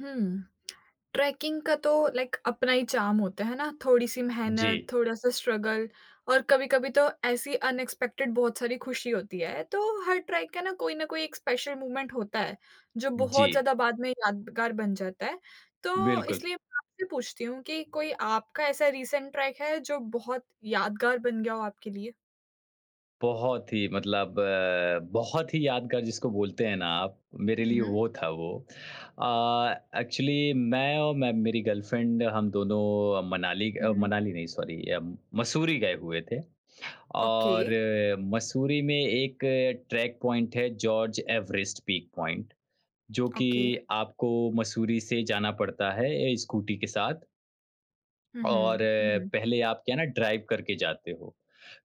हुँ। Trekking का तो like अपना ही चार्म होता है ना, थोड़ी-सी जी, मेहनत, थोड़ा-सा स्ट्रगल और कभी-कभी तो ऐसी अनएक्सपेक्टेड बहुत सारी खुशी होती है। तो हर ट्रैक का ना कोई न कोई एक स्पेशल मोमेंट होता है, जो जी, बहुत ज़्यादा बाद में यादगार बन जाता है। तो बिल्कुल। इसलिए मैं आपसे पूछती हूँ कि कोई आपका ऐसा रीसेंट ट्रैक है जो बहुत यादगार बन गया हो आपके लिए? बहुत ही यादगार जिसको बोलते हैं ना आप, मेरे हुँ, लिए हुँ। वो था वो। एक्चुअली मैं और मैं मेरी गर्लफ्रेंड, हम दोनों मनाली, हुँ, हुँ। मनाली नहीं, सॉरी, मसूरी गए हुए थे। ओके, और मसूरी में एक ट्रैक पॉइंट है, जॉर्ज एवरेस्ट पीक पॉइंट, जो कि ओके। आपको मसूरी से जाना पड़ता है स्कूटी के साथ। हुँ, और हुँ। हुँ, हुँ। पहले आप क्या है ना, ड्राइव करके जाते हो।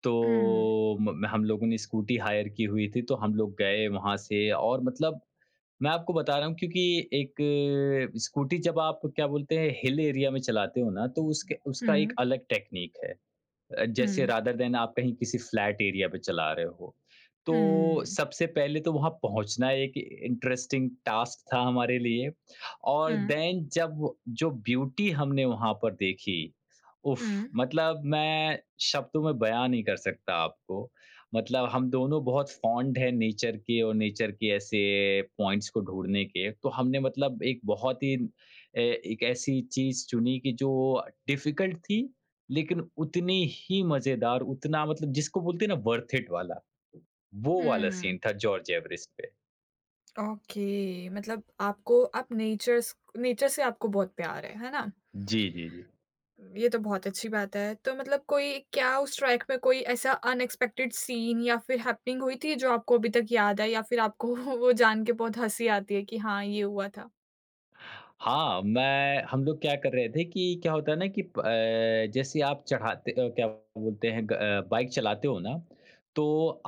तो हुँ, म हम लोगों ने स्कूटी हायर की हुई थी, तो हम लोग गए वहाँ से। और मतलब मैं आपको बता रहा हूँ क्योंकि एक स्कूटी जब आप क्या बोलते हैं, हिल एरिया में चलाते हो ना, तो उसके उसका एक हुँ। अलग टेक्नीक है। जैसे हुँ, रादर देन आप कहीं किसी फ्लैट एरिया पे चला रहे हो। तो हुँ, हुँ, सबसे पहले तो वहाँ पहुँचना एक इंटरेस्टिंग टास्क था हमारे लिए। हुँ, और देन जब जो ब्यूटी हमने वहाँ पर देखी, उफ़! हुँ। मतलब मैं शब्दों में बयाँ नहीं कर सकता आपको। मतलब हम दोनों बहुत फ़ॉन्ड हैं नेचर के, और नेचर के ऐसे पॉइंट्स को ढूँढने के। तो हमने मतलब एक बहुत ही एक ऐसी चीज़ चुनी कि जो डिफ़िकल्ट थी, लेकिन उतनी ही मज़ेदार, उतना मतलब जिसको बोलते हैं ना, वर्थ इट वाला, वो वाला हुँ। सीन था जॉर्ज एवरेस्ट पे। ओके मतलब आपको आप नेचर से आपको बहुत प्यार है ना? जी, जी, जी। ये तो बहुत अच्छी बात है। तो मतलब कोई क्या उस ट्रैक में कोई ऐसा अनएक्सपेक्टेड सीन या फिर हैपनिंग हुई थी जो आपको अभी तक याद है या फिर आपको वो जान के बहुत हँसी आती है कि हाँ, ये हुआ था? हाँ, मैं हम लोग क्या कर रहे थे कि, क्या होता है ना कि जैसे आप क्या बोलते हैं, बाइक चलाते हो ना, तो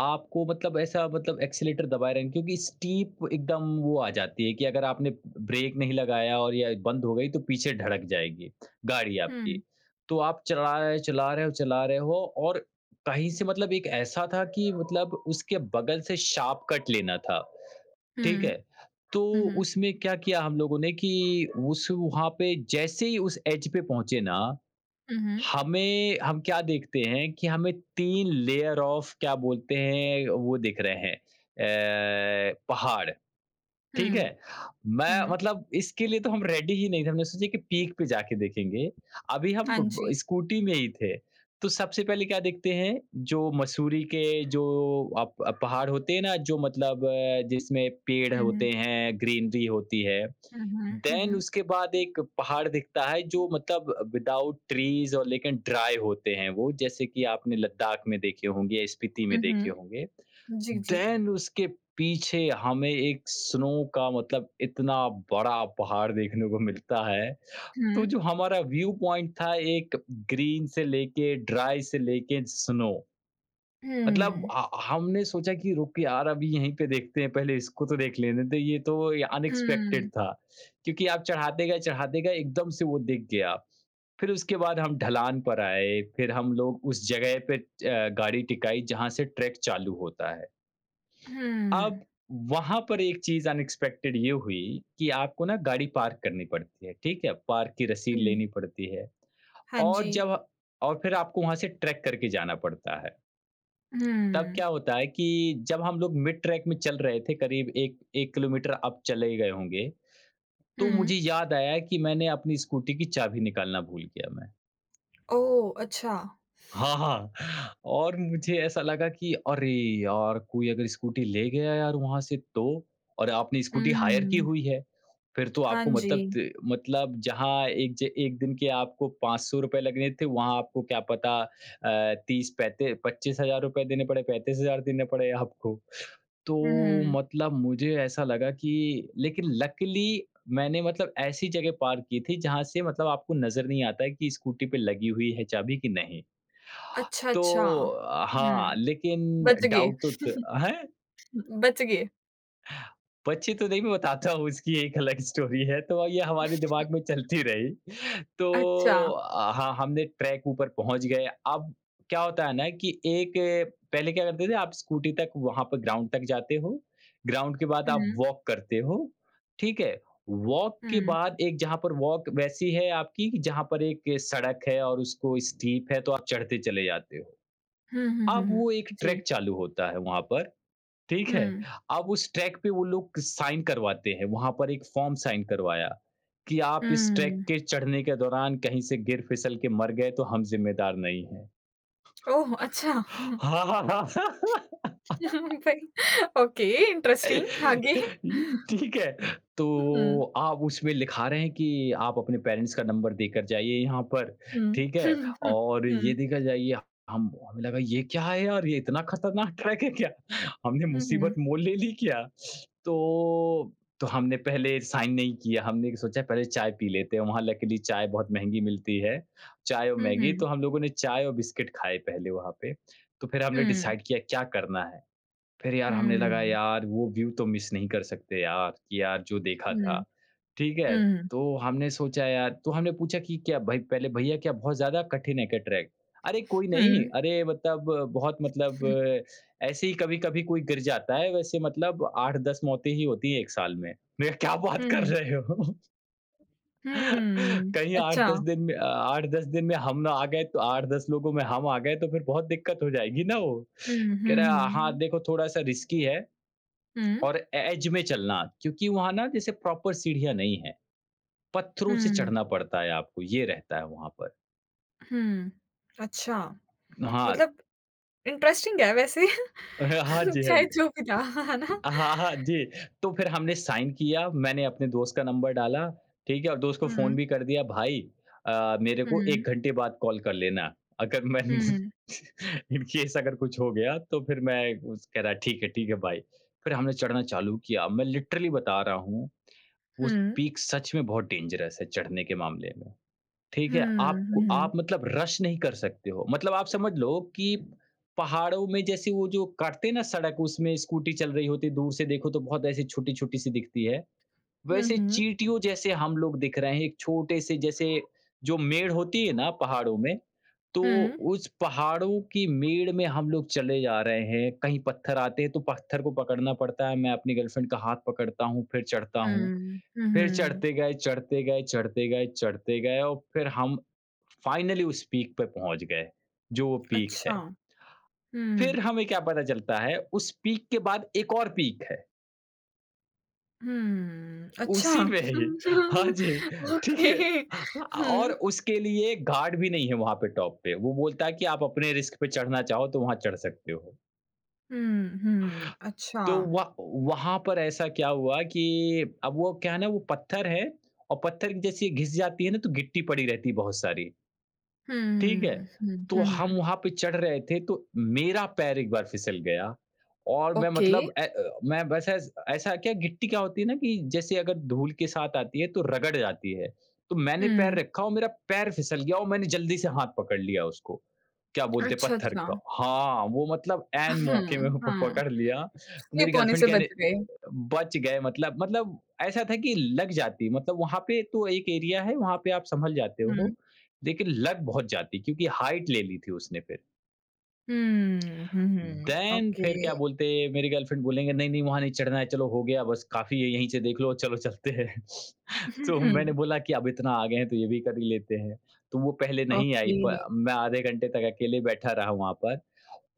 आपको मतलब ऐसा, मतलब एक्सेलेरेटर दबाए रहें, क्योंकि स्टीप एकदम वो आ जाती है कि अगर आपने ब्रेक नहीं लगाया और या बंद हो गई, तो पीछे धड़क जाएगी गाड़ी आपकी। हुँ, तो आप चला रहे हो, चला रहे हो, और कहीं से मतलब एक ऐसा था कि मतलब उसके बगल से शार्प कट लेना था। ठीक हुँ, है? तो हुँ, हुँ, उसमें क्या किया हम लोगों ने कि उस वहाँ पे जैसे ही उस एज पे पहुँचे ना, हुँ, हमें हम क्या देखते हैं कि हमें 3 लेयर ऑफ, क्या बोलते हैं, वो दिख रहे हैं, पहाड़। ठीक हुँ, है? हुँ, मैं हुँ। मतलब इसके लिए तो हम रेडी ही नहीं थे। हमने सोचा कि पीक पे जाके देखेंगे। अभी हम हाँ ब ब जी। स्कूटी में ही थे। तो सबसे पहले क्या देखते हैं, जो मसूरी के जो पहाड़ होते हैं ना, जो मतलब जिसमें पेड़ हुँ, हुँ, होते हैं, ग्रीनरी होती है। हुँ, हुँ, देन हुँ, उसके बाद एक पहाड़ दिखता है, जो मतलब विदाउट ट्रीज़ और लेकिन ड्राई होते हैं वो, जैसे कि आपने लद्दाख में देखे होंगे या स्पीति में हुँ, हुँ, देखे होंगे। हुँ। जी, जी। देन उसके पीछे हमें एक स्नो का मतलब इतना बड़ा पहाड़ देखने को मिलता है। तो हुँ, जो हमारा व्यू पॉइंट था, एक ग्रीन से लेके, ड्राई से लेके, स्नो, मतलब हुँ, ह हमने सोचा कि रुक के यार अभी यहीं पे देखते हैं, पहले इसको तो देख लेने दें। ये तो अनएक्सपेक्टेड हुँ, था, क्योंकि आप चढ़ाते गए, चढ़ाते गए, एकदम से वो दिख गया। फिर उसके बाद हम ढलान पर आए, फिर हम लोग उस जगह पे गाड़ी टिकाई जहाँ से ट्रैक चालू होता है। हुँ, अब वहाँ पर एक चीज़ अनएक्सपेक्टेड ये हुई कि आपको ना गाड़ी पार्क करनी पड़ती है, ठीक है? पार्क की रसीद हुँ। लेनी पड़ती है, हाँ और जी। जब और फिर आपको वहाँ से ट्रैक करके जाना पड़ता है। तब हुँ, क्या होता है कि जब हम लोग मिड ट्रैक में चल रहे थे, करीब 1 किलोमीटर अब चले गए होंगे, तो हुँ। मुझे याद आया कि मैंने अपनी स्कूटी की चाबी निकालना भूल गया मैं। ओह! अच्छा। हाँ, हाँ। और मुझे ऐसा लगा कि अरे यार! कोई अगर स्कूटी ले गया यार वहाँ से तो? और आपने स्कूटी हायर की हुँ, हुई है। फिर तो हाँ आपको जी। मतलब त मतलब जहाँ एक दिन के आपको ₹500 लगने थे, वहाँ आपको क्या पता, 30, पैंती, ₹25,000 देने पड़े, 35,000 देने पड़े आपको। तो हुँ, मतलब मुझे ऐसा लगा कि, लेकिन लकीली मैंने मतलब ऐसी जगह पार्क की थी, जहाँ से मतलब आपको नज़र नहीं आता है कि स्कूटी पे लगी हुई है चाबी कि नहीं। अच्छा, तो अच्छा। हाँ, हुँ, लेकिन बच गए डाउट तो त हैं? बच गए। बच्चे तो नहीं, मैं बताता हूँ, उसकी एक अलग स्टोरी है, तो ये हमारे दिमाग में चलती रही। अच्छा। तो हाँ, हमने ट्रैक ऊपर पहुँच गए। अब क्या होता है ना कि एक, पहले क्या करते थे, आप स्कूटी तक वहाँ पर ग्राउंड तक जाते हो, ग्राउंड के बाद आप हुँ, वॉक करते हो, ठीक है? वॉक के हुँ। बाद एक जहाँ पर वॉक वैसी है आपकी कि जहाँ पर एक सड़क है और उसको स्टीप है, तो आप चढ़ते चले जाते हो। हुँ, हुँ, हुँ, अब हुँ। वो एक जी। ट्रैक चालू होता है वहाँ पर, ठीक है? हुँ, अब उस ट्रैक पे वो लोग साइन करवाते हैं, वहाँ पर एक फॉर्म साइन करवाया कि आप इस ट्रैक हुँ। के चढ़ने के दौरान कहीं से गिर फिसल के मर गए तो हम ज़िम्मेदार नहीं हैं। ओह! अच्छा। हाँ, हाँ, हाँ। भाई ओके इंटरेस्टिंग आगे? ठीक है, हुँ, हुँ। तो आप उसमें लिखा रहे हैं कि आप अपने पेरेंट्स का नंबर देकर जाइए यहाँ पर, हुँ, ठीक है? हुँ, और ये हुँ। देकर जाइए। हम हमें लगा, ये क्या है यार, ये इतना खतरनाक ट्रैक है क्या? हमने हुँ, मुसीबत हुँ। मोल ले ली क्या? तो हमने पहले साइन नहीं किया, हमने सोचा पहले चाय पी लेते हैं, वहाँ लकीली चाय बहुत महँगी मिलती है, चाय और हुँ, मैगी, तो हुँ। हम लोगों ने चाय और बिस्किट खाए पहले वहाँ पे। तो फिर हमने हुँ, डिसाइड किया क्या करना है। फिर यार, हमने लगा हुँ, यार, वो व्यू तो मिस नहीं कर सकते यार, कि यार जो देखा था। हुँ। ठीक है? तो हमने सोचा यार, तो हमने पूछा कि क्या भाई, पहले भैया क्या बहुत ज़्यादा कठिन है क्या ट्रैक? अरे कोई नहीं, हुँ, अरे मतलब बहुत मतलब, ऐसे ही कभी-कभी कोई गिर जाता है, वैसे मतलब 8-10 मौतें ही होती हैं 1 साल में। मैं क्या बात कर हुँ, रहे हो? हुँ। कहीं अच्छा। 8-10 दिन में, 8-10 दिन में हम ना आ गए, तो 8-10 लोगों में हम आ गए तो फिर बहुत दिक्कत हो जाएगी ना वो। हुँ, कह हुँ, रहा है, "हाँ, हुँ। देखो, थोड़ा-सा रिस्की है हुँ। और एज में चलना, क्योंकि वहाँ ना जैसे प्रॉपर सीढ़ियाँ नहीं है, पत्थरों से हुँ, चढ़ना पड़ता है आपको, ये रहता है वहाँ पर।" हुँ। अच्छा, हाँ, मतलब इंटरेस्टिंग है वैसे। हाँ जी, हाँ चाहे जी। जो भी था, है ना? हाँ, हाँ जी। तो फिर हमने साइन किया, मैंने अपने दोस्त का नंबर डाला, ठीक है? और दोस्त को फ़ोन हुँ, भी कर दिया, "भाई, मेरे को हुँ, 1 घंटे बाद कॉल कर लेना, अगर मैं हुँ, हुँ, इन केस अगर कुछ हो गया तो फिर मैं।" उस कह रहा है, "ठीक है, ठीक है भाई।" फिर हमने चढ़ना चालू किया, मैं लिटरली बता रहा हूँ, वो हुँ, स पीक सच में बहुत डेंजरस है चढ़ने के मामले में। ठीक है, हुँ, आपको, हुँ, आप मतलब रश नहीं कर सकते हो। मतलब आप समझ लो कि पहाड़ों में जैसे वो जो काटते हैं ना सड़क, उसमें स्कूटी चल रही होती है, दूर से देखो तो बहुत ऐसी छोटी-छोटी सी दिखती है। वैसे हुँ, चींटियों जैसे हम लोग दिख रहे हैं, एक छोटे से, जैसे जो मेड़ होती है ना पहाड़ों में, तो हुँ, उस पहाड़ों की मेड़ में हम लोग चले जा रहे हैं। कहीं पत्थर आते हैं तो पत्थर को पकड़ना पड़ता है, मैं अपनी गर्लफ्रेंड का हाथ पकड़ता हूँ, फिर चढ़ता हूँ। हुँ, फिर हुँ। चढ़ते गए, चढ़ते गए, चढ़ते गए, चढ़ते गए, और फिर हम फाइनली उस पीक पे पहुँच गए, जो वो पीक अच्छा, है। हुँ, फिर हमें क्या पता चलता है, उस पीक के बाद एक और पीक है, हुँ, अच्छा। उसी में ही, हाँ जी, ठीक है। ओके। और हुँ, उसके लिए गार्ड भी नहीं है वहाँ पे टॉप पे, वो बोलता है कि आप अपने रिस्क पे चढ़ना चाहो तो वहाँ चढ़ सकते हो। हुँ, हुँ, अच्छा। तो वह वहाँ पर ऐसा क्या हुआ कि, अब वो क्या है ना, वो पत्थर है और पत्थर की जैसे ये घिस जाती है ना, तो गिट्टी पड़ी रहती है बहुत सारी। ठीक है? हुँ, हुँ, तो हुँ, हम हुँ, वहाँ पे चढ़ रहे थे तो मेरा पैर एक बार फिसल गया और मैं ओके। मतलब मैं वैसे ऐसा क्या गिट्टी क्या होती है ना कि जैसे अगर धूल के साथ आती है तो रगड़ जाती है। तो मैंने पैर हुँ, रखा और मेरा पैर फिसल गया और मैंने जल्दी से हाथ पकड़ लिया उसको, क्या बोलते हैं अच्छा, पत्थर अच्छा। का। हाँ, वो मतलब ऐन मौके में हुँ, प हाँ। पकड़ लिया। मेरी क्लिप होने गर्लफ्रेंड से कहने बच गए। बच गए मतलब ऐसा था कि लग जाती मतलब वहाँ पे तो एक एरिया है वहाँ पे आप संभल जाते हो हुँ। लेकिन लग बहुत जाती क्योंकि हाइट ले ली थी उसने फिर हुँ, हुँ, हुँ। Then okay. फिर क्या बोलते मेरी गर्लफ्रेंड बोलेंगे नहीं, नहीं वहाँ नहीं चढ़ना है, चलो हो गया बस काफ़ी है यहीं से देख लो चलो चलते हैं। तो मैंने हुँ, बोला कि अब इतना आ गए हैं तो ये भी कर ही लेते हैं। तो वो पहले नहीं आई ओके। प मैं आधे घंटे तक अकेले बैठा रहा वहाँ पर।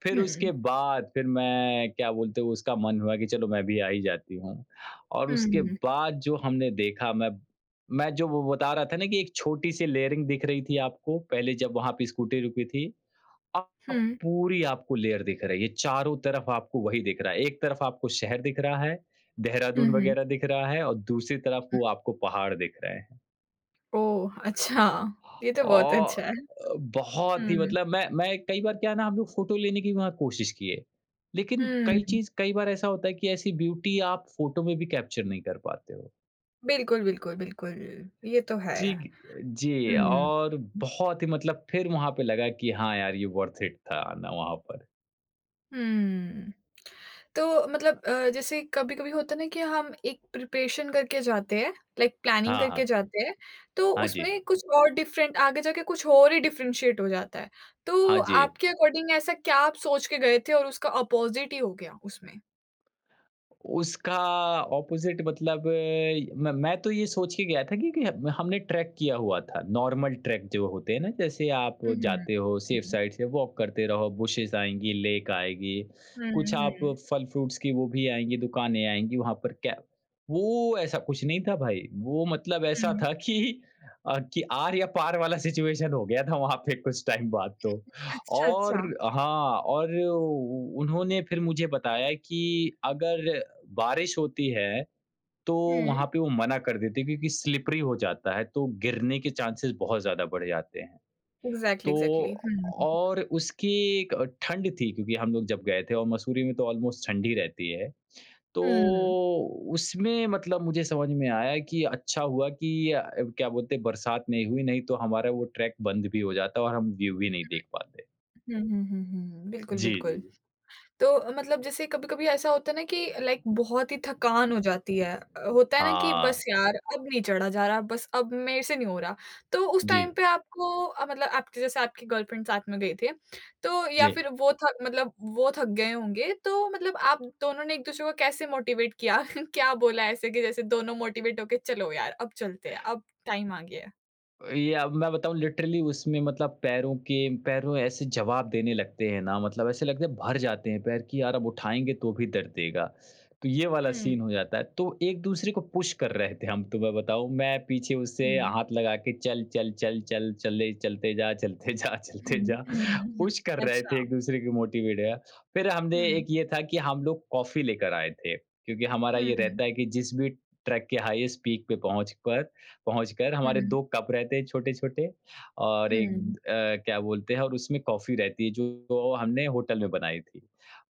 फिर हुँ, हुँ, उसके बाद फिर मैं क्या बोलते हैं उसका मन हुआ कि चलो मैं भी आ ही जाती हूँ। और उसके हुँ, बाद जो हमने देखा मैं जो वो बता रहा था ना कि एक छोटी-सी लेयरिंग दिख रही थी आपको पहले जब वहाँ पे स्कूटी रुकी थी। अब पूरी आपको लेयर दिख रही है, चारों तरफ आपको वही दिख रहा है। एक तरफ आपको शहर दिख रहा है, हुँ, देहरादून हुँ। वगैरह दिख रहा है और दूसरी तरफ वो आपको पहाड़ दिख रहे हैं। ओह! अच्छा, ये तो बहुत और अच्छा है। बहुत ही हुँ, मतलब मैं कई बार क्या है ना हम लोग फ़ोटो लेने की वहाँ कोशिश किए, लेकिन हुँ। कई चीज़ कई बार ऐसा होता है कि ऐसी ब्यूटी आप फ़ोटो में भी कैप्चर नहीं कर पाते हो। बिल्कुल, बिल्कुल, बिल्कुल। ये तो है। ठीक जी, हुँ, और बहुत ही मतलब फिर वहाँ पे लगा कि हाँ यार, ये वर्थ इट था आना वहाँ पर। हुँ। तो मतलब जैसे कभी-कभी होता है ना कि हम एक प्रिपरेशन करके जाते हैं, लाइक प्लानिंग हाँ, करके हाँ। जाते हैं, तो हाँ जी। उसमें कुछ और डिफरेंट आगे जाके कुछ और ही डिफरेंशिएट हो जाता है। तो हाँ जी। आपके अकॉर्डिंग ऐसा क्या आप सोच के गए थे और उसका अपोज़िट ही हो गया उसमें? उसका ऑपोज़िट मतलब मैं तो ये सोच के गया था कि हमने ट्रैक किया हुआ था, नॉर्मल ट्रैक जो होते हैं ना, जैसे आप हुँ, हुँ। जाते हो सेफ हुँ। साइड से वॉक करते रहो, बुशेज़ आएँगी, लेक आएगी, हुँ, कुछ आप हुँ, फल-फ्रूट्स की वो भी आएँगी, दुकानें आएँगी, वहाँ पर क्या वो ऐसा कुछ नहीं था भाई, वो मतलब ऐसा हुँ। था कि कि आर या पार वाला सिचुएशन हो गया था वहाँ पे कुछ टाइम बाद तो। अच्छा, और अच्छा। हाँ, और उ उन्होंने फिर मुझे बताया कि अगर बारिश होती है, तो हुँ। वहाँ पे वो मना कर देते हैं क्योंकि स्लिपरी हो जाता है, तो गिरने के चांसेस बहुत ज़्यादा बढ़ जाते हैं। एग्ज़ैक्टली, तो एग्ज़ैक्टली। हुँ, हुँ। और उसकी एक ठंड थी क्योंकि हम लोग जब गए थे और मसूरी में तो ऑलमोस्ट ठंड ही रहती है। तो हुँ। उसमें मतलब मुझे समझ में आया कि अच्छा हुआ कि क्या बोलते हैं बरसात नहीं हुई, नहीं तो हमारा वो ट्रैक बंद भी हो जाता और हम व्यू भी नहीं देख पाते। हुँ, हुँ, हुँ, हुँ। बिल्कुल, जी, बिल्कुल। जी, तो मतलब जैसे कभी-कभी ऐसा होता है ना कि लाइक बहुत ही थकान हो जी। जाती है। होता है ना कि 아. बस यार अब नहीं चढ़ा जा रहा, बस अब मेरे से नहीं हो रहा। तो उस जी, टाइम पे आपको मतलब आपके जैसे आपकी गर्लफ्रेंड साथ में गए थे, तो या जी। फिर वो थक गए होंगे, तो मतलब आप दोनों ने एक-दूसरे को कैसे मोटिवेट किया? क्या बोला ऐसे कि जैसे दोनों मोटिवेट होके चलो यार अब चलते हैं, अब टाइम आ गया है? ये अब मैं बताऊँ लिटरली उसमें मतलब पैरों ऐसे जवाब देने लगते हैं ना मतलब ऐसे लगता है भर जाते हैं पैर कि यार अब उठाएँगे तो भी दर्द देगा। तो ये वाला हुँ, सीन हो जाता है। तो एक-दूसरे को पुश कर रहे थे हम तो मैं बताऊँ मैं पीछे उससे हुँ, हाथ लगा के चल, चल, चल, चल, चले चलते जा, चलते हुँ, जा। हुँ, हुँ, पुश कर हुँ। रहे थे अच्छा। एक-दूसरे को मोटिवेट है। फिर हमने एक हुँ, ये था कि हम लोग कॉफ़ी लेकर आए थे। क्योंकि हमारा ये हुँ, रहता है कि जिस भी ट्रैक के हाईएस्ट पीक पे पहुँचकर हमारे हुँ, 2 कप रहते हैं छोटे-छोटे और एक हुँ। क्या बोलते हैं और उसमें कॉफ़ी रहती है जो हमने होटल में बनाई थी।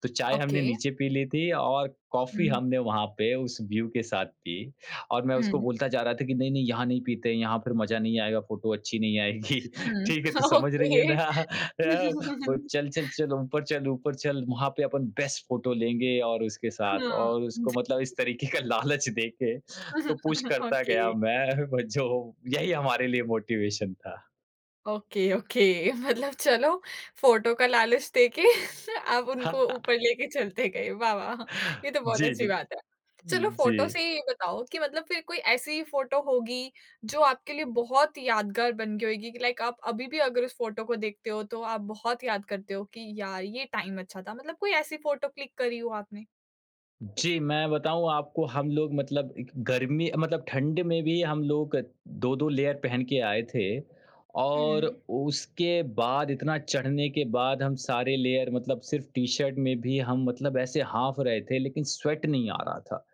तो चाय हमने ओके। नीचे पी ली थी और कॉफ़ी हुँ। हमने वहाँ पे उस व्यू के साथ पी और मैं उसको Mhm, बोलता जा रहा था कि नहीं-नहीं यहाँ नहीं पीते हैं, यहाँ फिर मज़ा नहीं आएगा, फ़ोटो अच्छी नहीं आएगी। ठीक है, mhm. तो समझ रही है ओके। ना? हाँ, वो चल, चल, चल ऊपर चल, ऊपर चल वहाँ पे अपन बेस्ट फ़ोटो लेंगे और उसके साथ और उसको जी, मतलब इस तरीके का लालच देके तो पुश करता ओके, गया मैं जो यही हमारे लिए मोटिवेशन था। Okay, okay. मतलब चलो फ़ोटो का लालच देके आप उनको ऊपर लेके चलते गए। वाह, वाह! ये तो बहुत जी, अच्छी जी। बात है। चलो जी। फ़ोटो से ये बताओ कि मतलब फिर कोई ऐसी फ़ोटो होगी जो आपके लिए बहुत यादगार बन गई होगी कि लाइक आप अभी भी अगर उस फ़ोटो को देखते हो तो आप बहुत याद करते हो कि यार ये टाइम अच्छा था। मतलब कोई ऐसी फ़ोटो क्लिक करी हो आपने? जी, मैं बताऊँ आपको हम लोग मतलब एक गर्मी मतलब ठंड में भी हम लोग 2-2 लेयर पहन के आए थे हुँ, और हुँ। उसके बाद इतना चढ़ने के बाद हम सारे लेयर मतलब सिर्फ़ टी-शर्ट में भी हम मतलब ऐसे हाँफ रहे थे लेकिन स्वेट नहीं आ रहा था।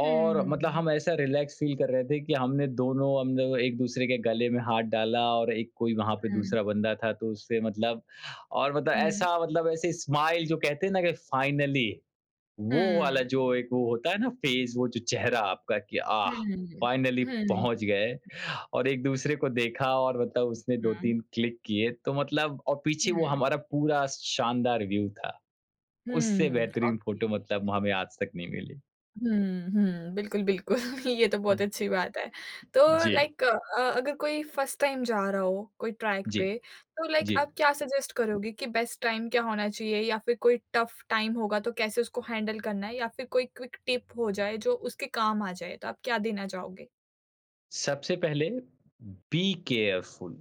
और मतलब हम ऐसा रिलैक्स फ़ील कर रहे थे कि हमने दोनों हम लोग एक-दूसरे के गले में हाथ डाला और एक कोई वहाँ पे हुँ, दूसरा बंदा था तो उससे मतलब और मतलब हुँ। ऐसा मतलब ऐसे स्माइल जो कहते हैं ना कि फाइनली वो वाला Mhm. जो एक वो होता है ना फेज़ वो जो चेहरा आपका कि आह! Mhm. फाइनली हुँ, पहुँच गए और एक-दूसरे को देखा और मतलब उसने हुँ, 2-3 क्लिक किए तो मतलब और पीछे वो हुँ, हमारा पूरा शानदार व्यू था। उससे हुँ, बेहतरीन फ़ोटो ओके। मतलब हमें आज तक नहीं मिली। हुँ, हुँ, बिल्कुल, बिल्कुल ये तो बहुत अच्छी बात है। तो जी, लाइक अगर कोई फर्स्ट टाइम जा रहा हो कोई ट्रैक जी, पे तो लाइक जी। आप क्या सजेस्ट करोगे कि बेस्ट टाइम क्या होना चाहिए या फिर कोई टफ टाइम होगा तो कैसे उसको हैंडल करना है या फिर कोई क्विक टिप हो जाए जो उसके काम आ जाए तो आप क्या देना चाहोगे? सबसे पहले बी केयरफुल।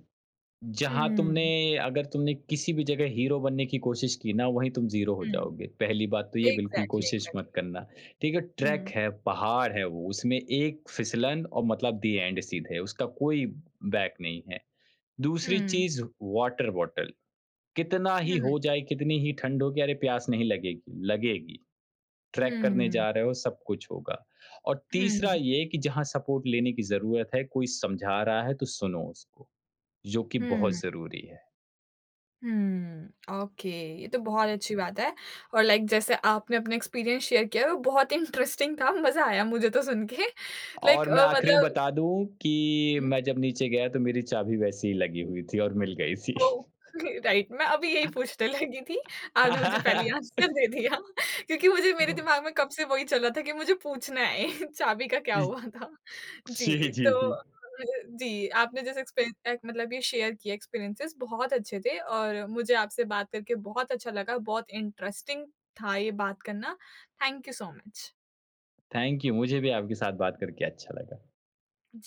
जहाँ तुमने हुँ, अगर तुमने किसी भी जगह हीरो बनने की कोशिश की ना, वहीं तुम ज़ीरो हो हुँ, जाओगे। पहली बात तो ये बिल्कुल एग्ज़ैक्टली, कोशिश मत एग्ज़ैक्टली। करना। ठीक है, ट्रैक हुँ, है, पहाड़ है वो, उसमें एक फिसलन और मतलब दी एंड सीधे, उसका कोई बैक नहीं है। दूसरी हुँ, चीज़ वाटर बॉटल, कितना ही हुँ, हो जाए, कितनी ही ठंड होगी, अरे प्यास नहीं लगेगी, लगेगी। ट्रैक करने हुँ, जा रहे हो, सब कुछ होगा। और तीसरा हुँ, ये कि जहाँ सपोर्ट लेने की ज़रूरत है, कोई समझा रहा है तो सुनो उसको, जो कि बहुत हुँ। ज़रूरी है। ओके। ये तो बहुत अच्छी बात है और लाइक जैसे आपने अपना एक्सपीरियंस शेयर किया वो बहुत इंटरेस्टिंग था, मज़ा आया मुझे तो सुन के लाइक और मैं आखिरी में मतलब बता दूँ कि मैं जब नीचे गया तो मेरी चाबी वैसे ही लगी हुई थी और मिल गई थी। ओह! राइट, मैं अभी यही पूछने लगी थी, आपने मुझे पहले आंसर दे दिया क्योंकि मुझे मेरे दिमाग में कब से वही चल रहा था कि मुझे पूछना है चाबी का क्या हुआ था? जी, जी, जी, तो जी। अ, जी, आपने जैसे एक्सपे अ, मतलब ये शेयर किए एक्सपीरियंसेस बहुत अच्छे थे और मुझे आपसे बात करके बहुत अच्छा लगा, बहुत इंटरेस्टिंग था ये बात करना। Thank you so much. Thank you, मुझे भी आपके साथ बात करके अच्छा लगा। जी।